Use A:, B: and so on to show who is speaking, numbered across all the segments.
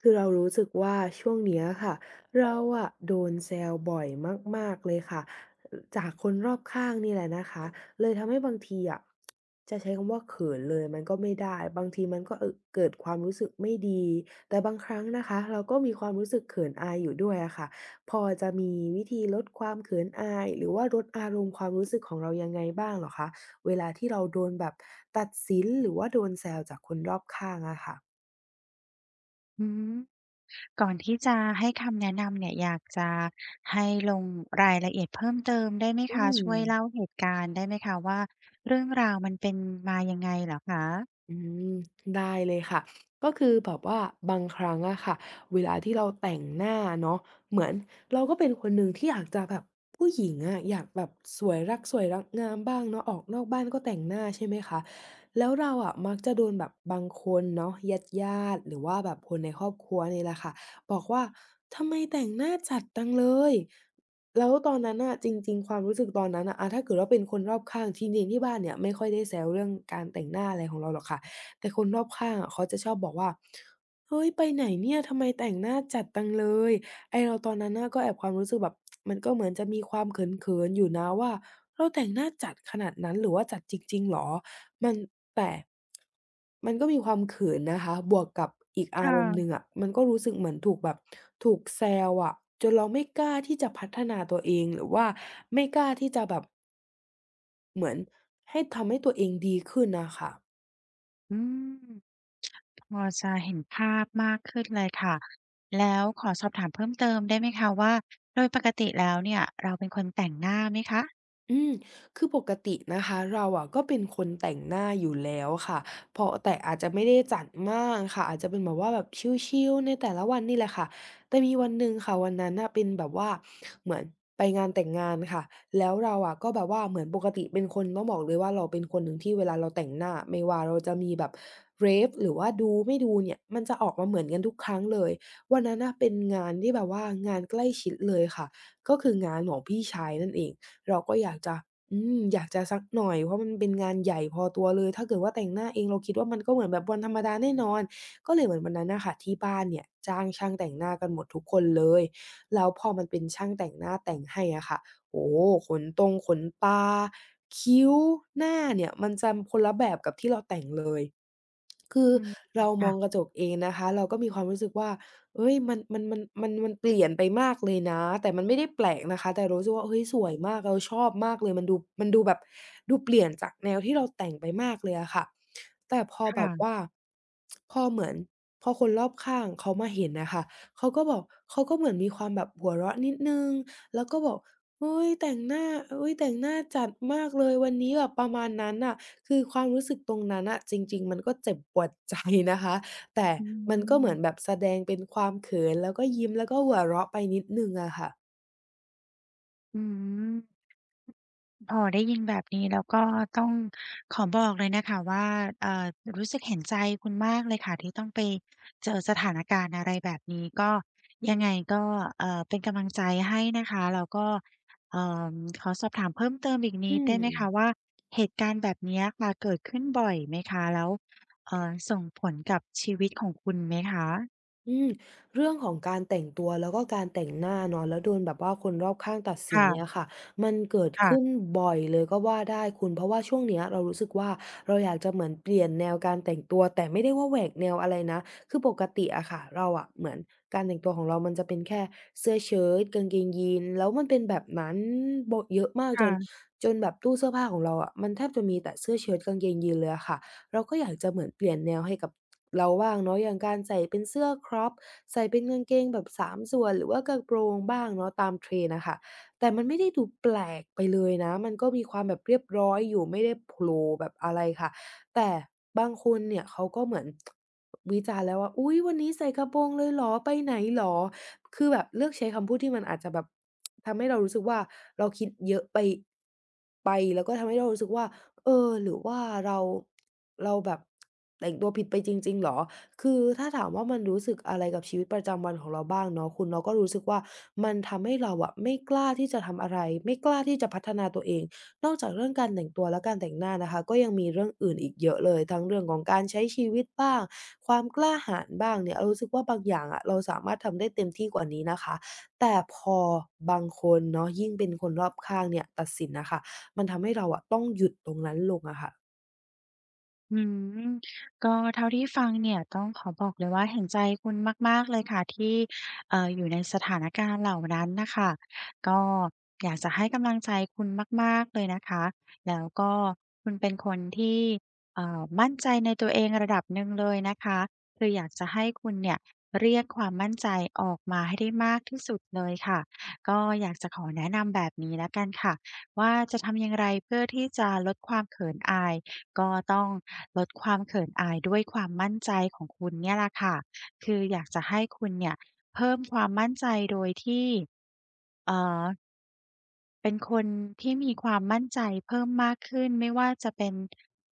A: คือเรารู้สึกว่าช่วงเนี้ยค่ะเราอะโดนแซวบ่อยมากๆเลยค่ะอจากคนรอบข้างนี่แหละนะคะเลยทำให้บางทีอะจะใช้คำว่าเขินเลยมันก็ไม่ได้บางทีมันก็เกิดความรู้สึกไม่ดีแต่บางครั้งนะคะเราก็มีความรู้สึกเขินอายอยู่ด้วยอะค่ะพอจะมีวิธีลดความเขินอายหรือว่าลดอารมณ์ความรู้สึกของเรายังไงบ้างเหรอคะเวลาที่เราโดนแบบตัดสินหรือว่าโดนแซวจากคนรอบข้างอะค่ะ
B: อืมก่อนที่จะให้คำแนะนำเนี่ยอยากจะให้ลงรายละเอียดเพิ่มเติมได้ไหม
A: อื
B: คะ
A: ม
B: ช่วยเล่าเหตุการณ์ได้ไหมคะว่าเรื่องราวมันเป็นมายังไงเหรอคะ
A: อืมได้เลยค่ะก็คือแบบว่าบางครั้งอะค่ะเวลาที่เราแต่งหน้าเนาะเหมือนเราก็เป็นคนหนึ่งที่อยากจะแบบผู้หญิงอะอยากแบบสวยรักสวยรักงามบ้างเนาะออกนอกบ้านก็แต่งหน้าใช่ไหมคะแล้วเราอะมักจะโดนแบบบางคนเนาะญาติๆหรือว่าแบบคนในครอบครัวนี่แหละค่ะบอกว่าทำไมแต่งหน้าจัดจังเลย แล้วตอนนั้นน่ะจริงๆความรู้สึกตอนนั้นน่ะถ้าเกิดว่าเป็นคนรอบข้างจริงๆที่บ้านเนี่ยไม่ค่อยได้แซวเรื่องการแต่งหน้าอะไรของเราหรอกค่ะแต่คนรอบข้างอะเขาจะชอบบอกว่าเฮ้ยไปไหนเนี่ยทำไมแต่งหน้าจัดจังเลยไอ้เราตอนนั้นน่ะก็แอบความรู้สึกแบบมันก็เหมือนจะมีความเขินๆอยู่นะว่าเราแต่งหน้าจัดขนาดนั้นหรือว่าจัดจริงๆเหรอ มันแต่มันก็มีความเขินนะคะ บวกกับอีก
B: ค
A: อารมณ์หนึ่ง
B: ่ะ
A: อะมันก็รู้สึกเหมือนถูกแบบถูกแซวอะจนเราไม่กล้าที่จะพัฒนาตัวเองหรือว่าไม่กล้าที่จะแบบเหมือนให้ทำให้ตัวเองดีขึ้นน่ะค่ะ
B: อืมพอจะเห็นภาพมากขึ้นเลยค่ะแล้วขอสอบถามเพิ่มเติมได้ไหมคะว่า
A: อืมคือปกตินะคะเราอะก็เป็นคนแต่งหน้าอยู่แล้วค่ะ เพราะแต่อาจจะไม่ได้จัดมากค่ะอาจจะเป็นแบบว่าแบบชิลๆในแต่ละวันนี่แหละค่ะ แต่มีวันหนึ่งค่ะวันนั้นน่ะเป็นแบบว่าเหมือนไปงานแต่งงานค่ะ แล้วเราอะก็แบบว่าเหมือนปกติเป็นคนต้องบอกเลยว่าเราเป็นคนหนึ่งที่เวลาเราแต่งหน้าไม่ว่าเราจะมีแบบ rave หรือว่าดูไม่ดูเนี่ยมันจะออกมาเหมือนกันทุกครั้งเลยวันนั้นน่ะเป็นงานที่แบบว่างานใกล้ชิดเลยค่ะก็คืองานของพี่ชายนั่นเอง เราก็อยากจะอยากจะสักหน่อยเพราะมันเป็นงานใหญ่พอตัวเลยถ้าเกิดว่าแต่งหน้าเองเราคิดว่ามันก็เหมือนแบบวันธรรมดาแน่นอนก็เลยเหมือนวันนั้นน่ะค่ะที่บ้านเนี่ยจ้างช่างแต่งหน้ากันหมดทุกคนเลยแล้วพอมันเป็นช่างแต่งหน้าแต่งให้อะค่ะโอ้โฮขนตงขนตาคิ้วหน้าเนี่ยมันจะคนละแบบกับที่เราแต่งเลยคือ
B: อืม
A: เรามองก
B: ค่ะ
A: ระจกเองนะคะเราก็มีความรู้สึกว่า เฮ้ยมันเปลี่ยนไปมากเลยนะแต่มันไม่ได้แปลกนะคะแต่เรารู้สึกว่าเฮ้ยสวยมากเราชอบมากเลยมันดูมันดูแบบดูเปลี่ยนจากแนวที่เราแต่งไปมากเลยอะค่ะแต่พอแบบ
B: ค่ะ
A: ว่าพอเหมือนพอคนรอบข้างเขามาเห็นน่ะค่ะเขาก็บอกเขาก็เหมือนมีความแบบหัวเราะนิดหนึ่งแล้วก็บอกเฮ้ยแต่งหน้าเฮ้ยแต่งหน้าจัดมากเลยวันนี้แบบประมาณนั้นน่ะคือความรู้สึกตรงนั้นน่ะจริงๆมันก็เจ็บปวดใจนะคะ แต่
B: อื
A: มันก็เหมือนแบ
B: ม
A: บแสดงเป็นความเขินแล้วก็ยิ้มแล้วก็หัวเราะไปนิดหนึ่งอะค่ะ
B: อืม พอได้ยินแบบนี้แล้วก็ต้องขอบอกเลยนะคะว่าเอ่อรู้สึกเห็นใจคุณมากเลยค่ะที่ต้องไปเจอสถานการณ์อะไรแบบนี้ก็ยังไงก็เป็นกำลังใจให้นะคะแล้วก็เอ่อขอสอบถามเพิ่มเติมอีกนิ
A: อื
B: ดได้
A: ม
B: ไหมคะว่าเหตุการณ์แบบเนี้ยค่ะเกิดขึ้นบ่อยไหมคะแล้วส่งผลกับชีวิตของคุณไหมคะ
A: อืมเรื่องของการแต่งตัวแล้วก็การแต่งหน้าเนาะแล้วโดนแบบว่าคนรอบข้างตัดสินเนี่ย
B: ค่ะ
A: ค่ะมันเกิดขึ้น
B: ค่ะ
A: บ่อยเลยก็ว่าได้คุณเพราะว่าช่วงเนี้ยเรารู้สึกว่าเราอยากจะเหมือนเปลี่ยนแนวการแต่งตัวแต่ไม่ได้ว่าแหวกแนวอะไรนะคือปกติอะค่ะเราอะเหมือนการแต่งตัวของเรามันจะเป็นแค่เสื้อเชิ้ตกางเกงยีนแล้วมันเป็นแบบนั้นโบะเยอะมาก
B: ค่ะ
A: จนแบบตู้เสื้อผ้าของเราอะมันแทบจะมีแต่เสื้อเชิ้ตกางเกงยีนเลยอะค่ะ เราก็อยากจะเหมือนเปลี่ยนแนวให้กับเราบ้างเนาะอย่างการใส่เป็นเสื้อ crop ใส่เป็นกางเกงแบบ3ส่วนหรือว่ากระโปรงบ้างเนาะตาม trend อะค่ะแต่มันไม่ได้ดูแปลกไปเลยนะมันก็มีความแบบเรียบร้อยอยู่ไม่ได้โผล่แบบอะไรค่ะแต่บางคนเนี่ยเขาก็เหมือนวิจารณ์แล้วว่าอุ๊ยวันนี้ใส่กระโปรงเลยเหรอไปไหนเหรอคือแบบเลือกใช้คำพูดที่มันอาจจะแบบทำให้เรารู้สึกว่าเราคิดเยอะไปไปแล้วก็ทำให้เรารู้สึกว่า เออหรือว่าเราแบบแต่งตัวผิดไปจริงๆเหรอคือถ้าถามว่ามันรู้สึกอะไรกับชีวิตประจำวันของเราบ้างเนาะคุณเราก็รู้สึกว่ามันทำให้เราอะไม่กล้าที่จะทำอะไรไม่กล้าที่จะพัฒนาตัวเองนอกจากเรื่องการแต่งตัวและการแต่งหน้านะคะก็ยังมีเรื่องอื่นอีกเยอะเลยทั้งเรื่องของการใช้ชีวิตบ้างความกล้าหาญบ้างเนี่ยเรารู้สึกว่าบางอย่างอะเราสามารถทำได้เต็มที่กว่านี้นะคะแต่พอบางคนเนาะยิ่งเป็นคนรอบข้างเนี่ยตัดสินน่ะค่ะ มันทำให้เราอะต้องหยุดตรงนั้นลงอะค่ะ
B: อืมก็เท่าที่ฟังเนี่ยต้องขอบอกเลยว่าเห็นใจคุณมากๆเลยค่ะที่อยู่ในสถานการณ์เหล่านั้นน่ะค่ะก็อยากจะให้กำลังใจคุณมากๆเลยนะคะแล้วก็คุณเป็นคนที่มั่นใจในตัวเองระดับหนึ่งเลยนะคะคืออยากจะให้คุณเนี่ยเรียกความมั่นใจออกมาให้ได้มากที่สุดเลยค่ะก็อยากจะขอแนะนำแบบนี้แล้วกันค่ะว่าจะทำอย่างไรเพื่อที่จะลดความเขินอาย ก็ต้องลดความเขินอายด้วยความมั่นใจของคุณเนี่ยแหละค่ะ คืออยากจะให้คุณเนี่ยเอ่อเป็นคนที่มีความมั่นใจเพิ่มมากขึ้นไม่ว่าจะเป็น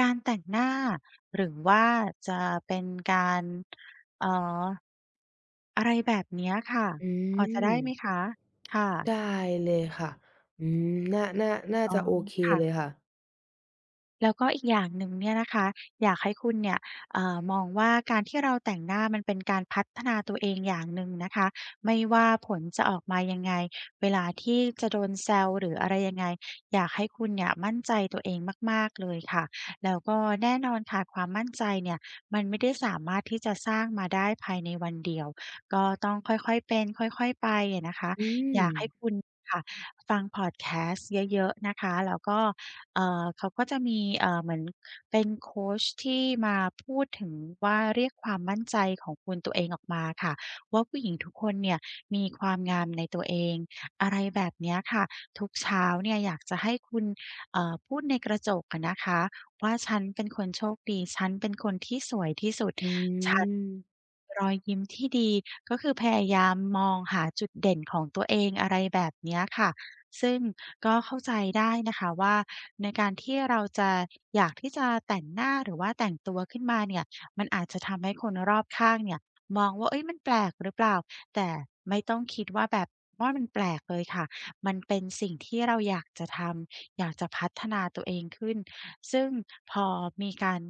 B: การแต่งหน้าหรือว่าจะเป็นการเอ่ออะไรแบบเนี้ยค่ะ
A: อื
B: พอจะ
A: ม
B: ได้ไหมคะค่ะ
A: ได้เลยค่ะอืมน่า
B: อ๋อ
A: จะโอเคเลย
B: ค่ะ
A: ค่ะ
B: แล้วก็อีกอย่างหนึ่งเนี่ยนะคะอยากให้คุณเนี่ยมองว่าการที่เราแต่งหน้ามันเป็นการพัฒนาตัวเองอย่างหนึ่งนะคะไม่ว่าผลจะออกมายังไงเวลาที่จะโดนแซวหรืออะไรยังไงอยากให้คุณเนี่ยมั่นใจตัวเองมากๆเลยค่ะแล้วก็แน่นอนค่ะความมั่นใจเนี่ยมันไม่ได้สามารถที่จะสร้างมาได้ภายในวันเดียวก็ต้องค่อยๆเป็นค่อยๆไปอะนะคะ
A: อื
B: อ
A: ม
B: ยากให้คุณค่ะฟังพอดแคสต์เยอะๆนะคะแล้วก็ เขาก็จะมีเหมือนเป็นโคชที่มาพูดถึงว่าเรียกความมั่นใจของคุณตัวเองออกมาค่ะว่าผู้หญิงทุกคนเนี่ยมีความงามในตัวเองอะไรแบบเนี้ยค่ะทุกเช้าเนี่ยอยากจะให้คุณพูดในกระจกอะนะคะว่าฉันเป็นคนโชคดีฉันเป็นคนที่สวยที่สุด
A: อื
B: ฉัน
A: ม
B: รอยยิ้มที่ดีก็คือพยายามมองหาจุดเด่นของตัวเองอะไรแบบเนี้ยค่ะ ซึ่งก็เข้าใจได้นะคะว่าในการที่เราจะอยากที่จะแต่งหน้าหรือว่าแต่งตัวขึ้นมาเนี่ยมันอาจจะทำให้คนรอบข้างเนี่ยมองว่าเฮ้ยมันแปลกหรือเปล่าแต่ไม่ต้องคิดว่าแบบว่ามันแปลกเลยค่ะมันเป็นสิ่งที่เราอยากจะทำอยากจะพัฒนาตัวเองขึ้นซึ่งพอมีการ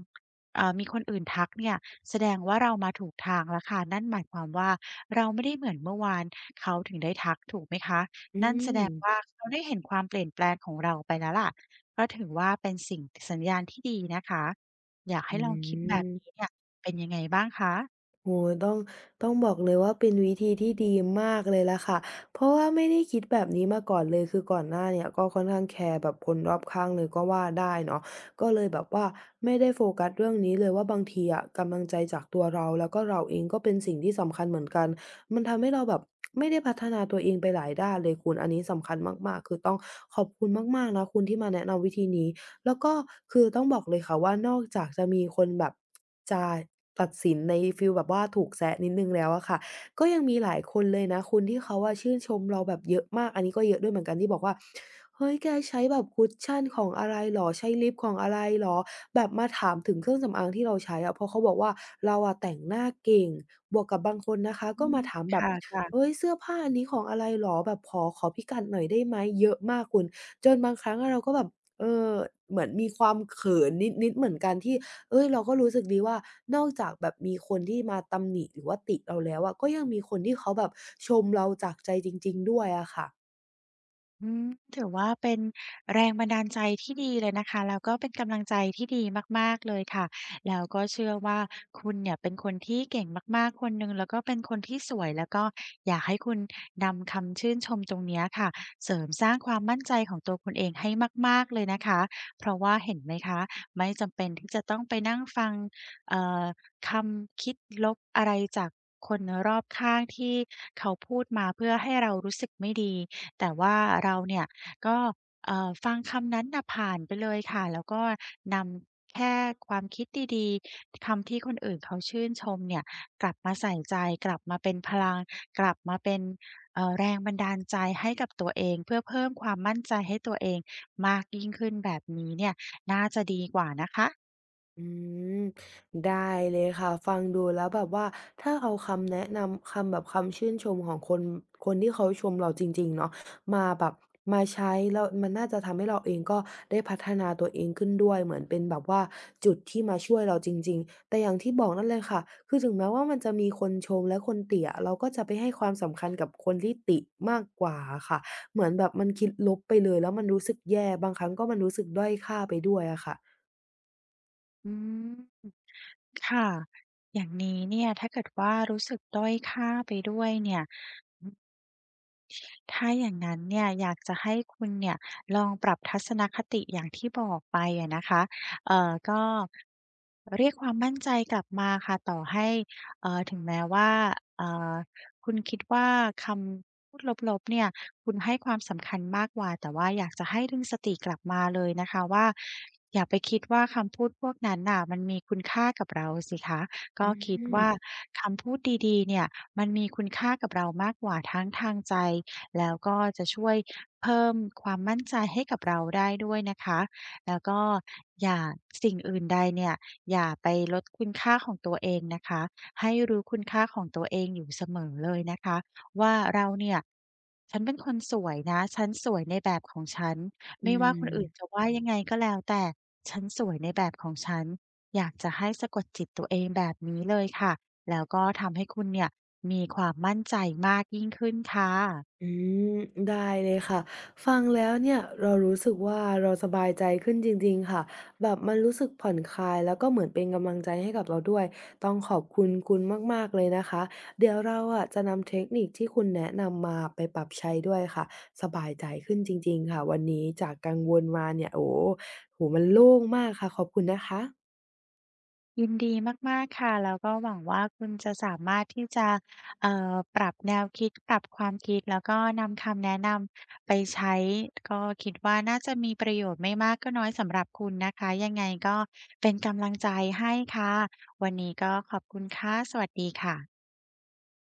B: มีคนอื่นทักเนี่ยแสดงว่าเรามาถูกทางแล้วค่ะนั่นหมายความว่าเราไม่ได้เหมือนเมื่อวานเขาถึงได้ทักถูกไหมคะ
A: อื
B: นั่นแส
A: ม
B: ดงว่าเขาได้เห็นความเปลี่ยนแปลงของเราไปแล้วล่ะก็ถือว่าเป็นสิ่งสัญญาณที่ดีนะคะอยาก
A: อื
B: ให้ลองคิดแบบนี้
A: ม
B: เนี่ยเป็นยังไงบ้างคะ
A: โอ้โฮต้องบอกเลยว่าเป็นวิธีที่ดีมากเลยล่ะค่ะเพราะว่าไม่ได้คิดแบบนี้มาก่อนเลยคือก่อนหน้าเนี่ยก็ค่อนข้างแคร์แบบคนรอบข้างเลยก็ว่าได้เนาะก็เลยแบบว่าไม่ได้โฟกัสเรื่องนี้เลยว่าบางทีอะกำลังใจจากตัวเราแล้วก็เราเองก็เป็นสิ่งที่สำคัญเหมือนกันมันทำให้เราแบบไม่ได้พัฒนาตัวเองไปหลายด้านเลยคุณอันนี้สำคัญมากๆคือต้องขอบคุณมากๆนะคุณที่มาแนะนำวิธีนี้ แล้วก็คือต้องบอกเลยค่ะว่านอกจากจะมีคนแบบจะตัดสินในฟีลแบบว่าถูกแซะนิดหนึ่งแล้วอะค่ะก็ยังมีหลายคนเลยนะคุณที่เขาอะชื่นชมเราแบบเยอะมากอันนี้ก็เยอะด้วยเหมือนกันที่บอกว่าเฮ้ยแกใช้แบบคุชชั่นของอะไรเหรอใช้ลิปของอะไรเหรอแบบมาถามถึงเครื่องสำอางที่เราใช้อะเพราะเขาบอกว่าเราอะแต่งหน้าเก่งบวกกับบางคนนะคะ
B: อื
A: ก็
B: ม
A: มาถามแบบ
B: ค่ะๆ
A: เฮ้ยเสื้อผ้าอันนี้ของอะไรเหรอแบบขอพิกัดหน่อยได้ไหมเยอะมากคุณจนบางครั้งอะเราก็แบบ เออเหมือนมีความเขินนิดๆเหมือนกันที่เฮ้ยเราก็รู้สึกดีว่านอกจากแบบมีคนที่มาตำหนิหรือว่าติเราแล้วอะก็ยังมีคนที่เขาแบบชมเราจากใจจริงๆด้วยอะค่ะ
B: อืมถือว่าเป็นแรงบันดาลใจที่ดีเลยนะคะแล้วก็เป็นกำลังใจที่ดีมากๆเลยค่ะแล้วก็เชื่อว่าคุณเนี่ยเป็นคนที่เก่งมากๆคนหนึ่งแล้วก็เป็นคนที่สวยแล้วก็อยากให้คุณนำคำชื่นชมตรงเนี้ยค่ะเสริมสร้างความมั่นใจของตัวคุณเองให้มากๆเลยนะคะเพราะว่าเห็นไหมคะไม่จำเป็นที่จะต้องไปนั่งฟังเอ่อ คำคิดลบอะไรจากคนรอบข้างที่เขาพูดมาเพื่อให้เรารู้สึกไม่ดีแต่ว่าเราเนี่ยก็ฟังคำนั้นน่ะผ่านไปเลยค่ะแล้วก็นำแค่ความคิดดีๆคำที่คนอื่นเขาชื่นชมเนี่ยกลับมาใส่ใจกลับมาเป็นพลังกลับมาเป็นมา
A: อืมได้เลยค่ะฟังดูแล้วแบบว่าถ้าเอาคำแนะนำคำแบบคำชื่นชมของคนที่เขาชมเราจริงๆเนาะมาแบบมาใช้แล้วมันน่าจะทำให้เราเองก็ได้พัฒนาตัวเองขึ้นด้วยเหมือนเป็นแบบว่าจุดที่มาช่วยเราจริงๆแต่อย่างที่บอกนั่นเลยค่ะคือถึงแม้ว่ามันจะมีคนชมและคนติอะเราก็จะไปให้ความสำคัญกับคนที่ติมากกว่าอะค่ะเหมือนแบบมันคิดลบไปเลยแล้วมันรู้สึกแย่บางครั้งก็มันรู้สึกด้อยค่าไปด้วยอะค่ะ
B: อืมค่ะอย่างนี้เนี่ยถ้าเกิดว่ารู้สึกด้อยค่าไปด้วยเนี่ย ถ้าอย่างนั้นเนี่ยอยากจะให้คุณเนี่ยลองปรับทัศนคติอย่างที่บอกไปอะนะคะก็เรียกความมั่นใจกลับมาค่ะต่อให้ถึงแม้ว่าเอ่อคุณคิดว่าคำพูดลบๆเนี่ยคุณให้ความสำคัญมากกว่าแต่ว่าอยากจะให้ดึงสติกลับมาเลยนะคะว่าอย่าไปคิดว่าคำพูดพวกนั้นน่ะมันมีคุณค่ากับเราสิคะ
A: อื
B: ก็คิด
A: ม
B: ว่าคำพูดดีๆเนี่ยมันมีคุณค่ากับเรามากกว่าทั้งทางใจ แล้วก็จะช่วยเพิ่มความมั่นใจให้กับเราได้ด้วยนะคะ แล้วก็อย่าสิ่งอื่นใดเนี่ยอย่าไปลดคุณค่าของตัวเองนะคะ ให้รู้คุณค่าของตัวเองอยู่เสมอเลยนะคะว่าเราเนี่ยฉันเป็นคนสวยนะฉันสวยในแบบของฉัน
A: อื
B: ไม่ว่าคน
A: ม
B: อื่นจะว่ายังไงก็แล้วแต่ฉันสวยในแบบของฉันอยากจะให้สะกดจิตตัวเองแบบนี้เลยค่ะแล้วก็ทำให้คุณเนี่ยมีความมั่นใจมากยิ่งขึ้นค่ะ
A: อืมได้เลยค่ะ ฟังแล้วเนี่ยเรารู้สึกว่าเราสบายใจขึ้นจริงๆค่ะแบบมันรู้สึกผ่อนคลายแล้วก็เหมือนเป็นกำลังใจให้กับเราด้วย ต้องขอบคุณคุณมากๆเลยนะคะ เดี๋ยวเราอะจะนำเทคนิคที่คุณแนะนำมาไปปรับใช้ด้วยค่ะ สบายใจขึ้นจริงๆค่ะวันนี้จากกังวลมาเนี่ยโอ้โฮโอ้โฮมันโล่งมากค่ะขอบคุณนะคะ
B: ยินดีมากๆค่ะแล้วก็หวังว่าคุณจะสามารถที่จะปรับแนวคิดปรับความคิดแล้วก็นำคำแนะนำไปใช้ก็คิดว่าน่าจะมีประโยชน์ไม่มากก็น้อยสำหรับคุณนะคะยังไงก็เป็นกำลังใจให้ค่ะวันนี้ก็ขอบคุณค่ะสวัสดีค่ะ